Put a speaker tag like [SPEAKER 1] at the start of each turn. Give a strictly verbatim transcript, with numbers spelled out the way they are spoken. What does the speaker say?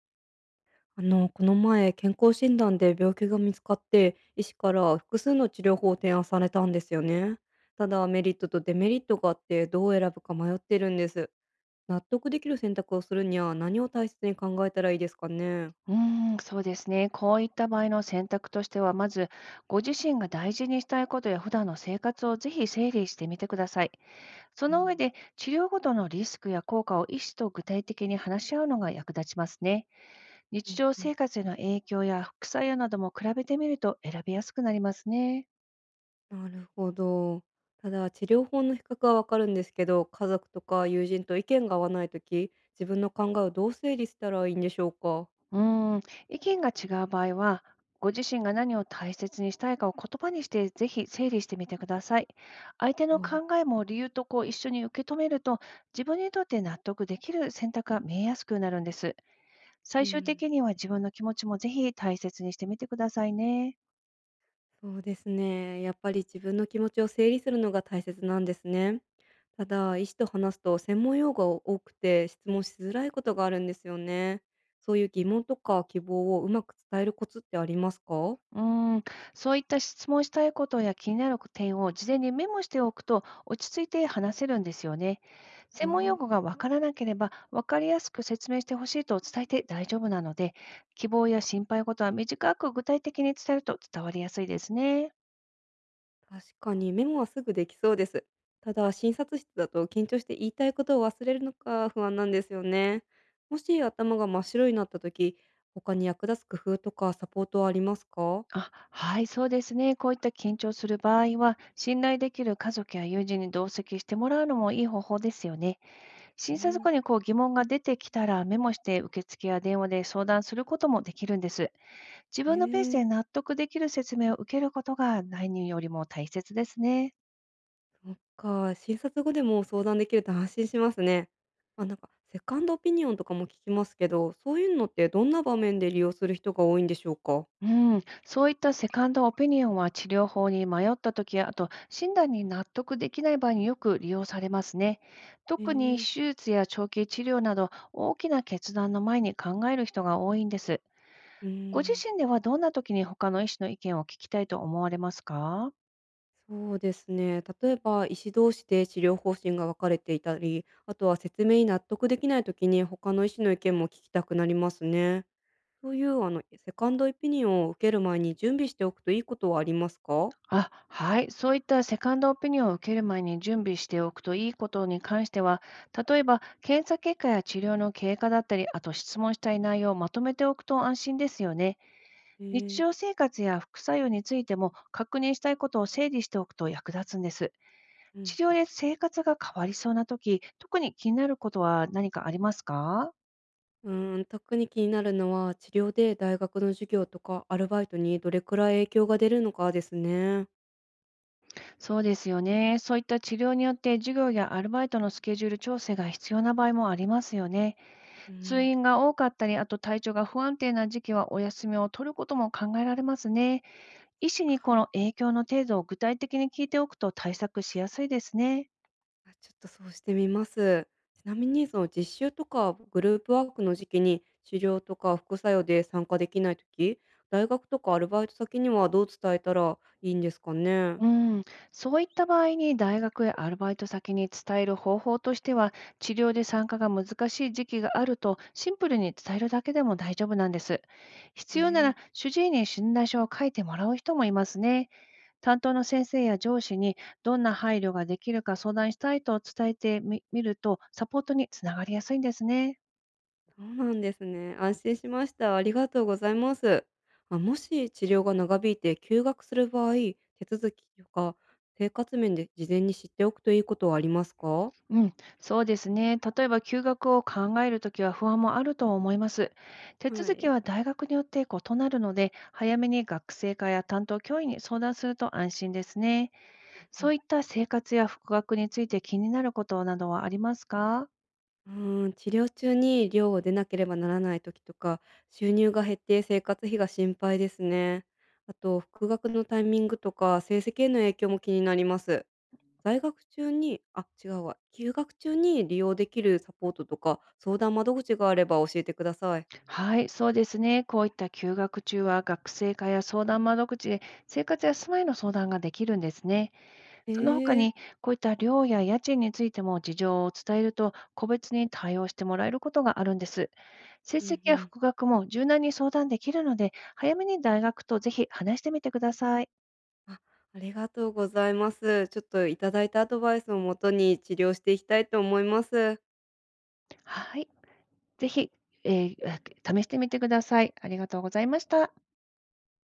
[SPEAKER 1] あの、この前、健康診断で病気が見つかって、医師から複数の治療法を提案されたんですよね。ただ、メリットとデメリットがあって、どう選ぶか迷ってるんです。納得できる選択をするには、何を大切に考えたらいいですかね。
[SPEAKER 2] うーん、そうですね。こういった場合の選択としては、まず、ご自身が大事にしたいことや普段の生活をぜひ整理してみてください。そ
[SPEAKER 1] う
[SPEAKER 2] の上
[SPEAKER 1] ん、
[SPEAKER 2] で、治療ごとのリスクや効果を医師と具体的に話し合うのが役立ちますね。
[SPEAKER 1] う
[SPEAKER 2] 日
[SPEAKER 1] ん
[SPEAKER 2] 常
[SPEAKER 1] う
[SPEAKER 2] 生
[SPEAKER 1] ん、
[SPEAKER 2] 活への影響や副作用なども比べてみると選びやすくなりますね。
[SPEAKER 1] なるほど。ただ、治療法の比較はわかるんですけど、家族とか友人と意見が合わないとき、自分の考えをどう整理したらいいんでしょうか。
[SPEAKER 2] うーん、意見が違う場合は、ご自身が何を大切にしたいかを言葉にして、ぜひ整理してみてください。相手の
[SPEAKER 1] はい。
[SPEAKER 2] 考えも理由とこう一緒に受け止めると、自分にとって納得できる選択が見えやすくなるんです。
[SPEAKER 1] う
[SPEAKER 2] 最終
[SPEAKER 1] ん。
[SPEAKER 2] 的には自分の気持ちもぜひ大切にしてみてくださいね。
[SPEAKER 1] そうですね。やっぱり自分の気持ちを整理するのが大切なんですね。ただ、医師と話すと専門用語が多くて質問しづらいことがあるんですよね。そういう疑問とか希望をうまく伝えるコツってありますか？
[SPEAKER 2] うーん、そういった質問したいことや気になる点を事前にメモしておくと落ち着いて話せるんですよね。
[SPEAKER 1] あ
[SPEAKER 2] 専門用語
[SPEAKER 1] あ、
[SPEAKER 2] がわからなければわかりやすく説明してほしいと伝えて大丈夫なので、希望や心配事は短く具体的に伝えると伝わりやすいですね。
[SPEAKER 1] 確かにメモはすぐできそうです。ただ、診察室だと緊張して言いたいことを忘れるのか不安なんですよね。もし頭が真っ白になった時、他に役立つ工夫とかサポートはありますか？
[SPEAKER 2] あ、はい、そうですね。こういった緊張する場合は、信頼できる家族や友人に同席してもらうのもいい方法ですよね。
[SPEAKER 1] お
[SPEAKER 2] 診察後
[SPEAKER 1] ー、
[SPEAKER 2] にこう疑問が出てきたらメモして受付や電話で相談することもできるんです。自
[SPEAKER 1] え
[SPEAKER 2] 分のペースで
[SPEAKER 1] え、
[SPEAKER 2] 納得できる説明を受けることが内入よりも大切ですね。
[SPEAKER 1] そっか、診察後でも相談できると安心しますね。あ、なんかセカンドオピニオンとかも聞きますけど、そういうのってどんな場面で利用する人が多いんでしょうか？
[SPEAKER 2] うん、そういったセカンドオピニオンは治療法に迷った時や、あと診断に納得できない場合によく利用されますね。
[SPEAKER 1] え
[SPEAKER 2] 特に
[SPEAKER 1] ー
[SPEAKER 2] 手術や長期治療など大きな決断の前に考える人が多いんです。
[SPEAKER 1] うー
[SPEAKER 2] ご自
[SPEAKER 1] ん、
[SPEAKER 2] 身ではどんな時に他の医師の意見を聞きたいと思われますか？
[SPEAKER 1] そうですね。例えば医師同士で治療方針が分かれていたり、あとは説明に納得できない時に他の医師の意見も聞きたくなりますね。そういうあのセカンドオピニオンを受ける前に準備しておくといいことはありますか？
[SPEAKER 2] あ、はい。そういったセカンドオピニオンを受ける前に準備しておくといいことに関しては、例えば検査結果や治療の経過だったり、あと質問したい内容をまとめておくと安心ですよね。
[SPEAKER 1] え
[SPEAKER 2] 日常
[SPEAKER 1] え。
[SPEAKER 2] 生活や副作用についても確認したいことを整理しておくと役立つんです。
[SPEAKER 1] うん。
[SPEAKER 2] 治療で生活が変わりそうな時、特に気になることは何かありますか？
[SPEAKER 1] うーん、特に気になるのは、治療で大学の授業とかアルバイトにどれくらい影響が出るのかですね。
[SPEAKER 2] そうですよね。そういった治療によって授業やアルバイトのスケジュール調整が必要な場合もありますよね。
[SPEAKER 1] う
[SPEAKER 2] 通
[SPEAKER 1] ん、
[SPEAKER 2] 院が多かったり、あと体調が不安定な時期はお休みを取ることも考えられますね。医師にこの影響の程度を具体的に聞いておくと対策しやすいですね。
[SPEAKER 1] あ、ちょっとそうしてみます。ちなみにその実習とかグループワークの時期に治療とか副作用で参加できない時、大学とかアルバイト先にはどう伝えたらいいんですかね。
[SPEAKER 2] うん、そういった場合に大学やアルバイト先に伝える方法としては、治療で参加が難しい時期があるとシンプルに伝えるだけでも大丈夫なんです。必要な
[SPEAKER 1] え
[SPEAKER 2] ら
[SPEAKER 1] え、
[SPEAKER 2] 主治医に診断書を書いてもらう人もいますね。担当の先生や上司にどんな配慮ができるか相談したいと伝えてみみると、サポートにつながりやすいんですね。
[SPEAKER 1] そうなんですね。安心しました。ありがとうございます。あ、もし治療が長引いて休学する場合、手続きとか生活面で事前に知っておくといいことはありますか？
[SPEAKER 2] うん、そうですね。例えば休学を考えるときは不安もあると思います。手
[SPEAKER 1] は
[SPEAKER 2] 続き
[SPEAKER 1] い。
[SPEAKER 2] は大学によって異なるので、早めに学生課や担当教員に相談すると安心ですね。
[SPEAKER 1] う
[SPEAKER 2] そう
[SPEAKER 1] ん、
[SPEAKER 2] いった生活や復学について気になることなどはありますか？
[SPEAKER 1] うーん、治療中に寮を出なければならない時とか収入が減って生活費が心配ですね。あと復学のタイミングとか成績への影響も気になります。在学中に、あ、違うわ、休学中に利用できるサポートとか、相談窓口があれば教えてください。
[SPEAKER 2] はい、そうですね。こういった休学中は学生課や相談窓口で生活や住まいの相談ができるんですね。
[SPEAKER 1] え
[SPEAKER 2] その他
[SPEAKER 1] え、
[SPEAKER 2] に、こういった寮や家賃についても事情を伝えると、個別に対応してもらえることがあるんです。成
[SPEAKER 1] う
[SPEAKER 2] 績
[SPEAKER 1] んう
[SPEAKER 2] や
[SPEAKER 1] ん。
[SPEAKER 2] 復学も柔軟に相談できるので、早めに大学とぜひ話してみてください。
[SPEAKER 1] あ、ありがとうございます。ちょっといただいたアドバイスをもとに治療していきたいと思います。
[SPEAKER 2] はい、ぜひ、えー試してみてください。ありがとうございました。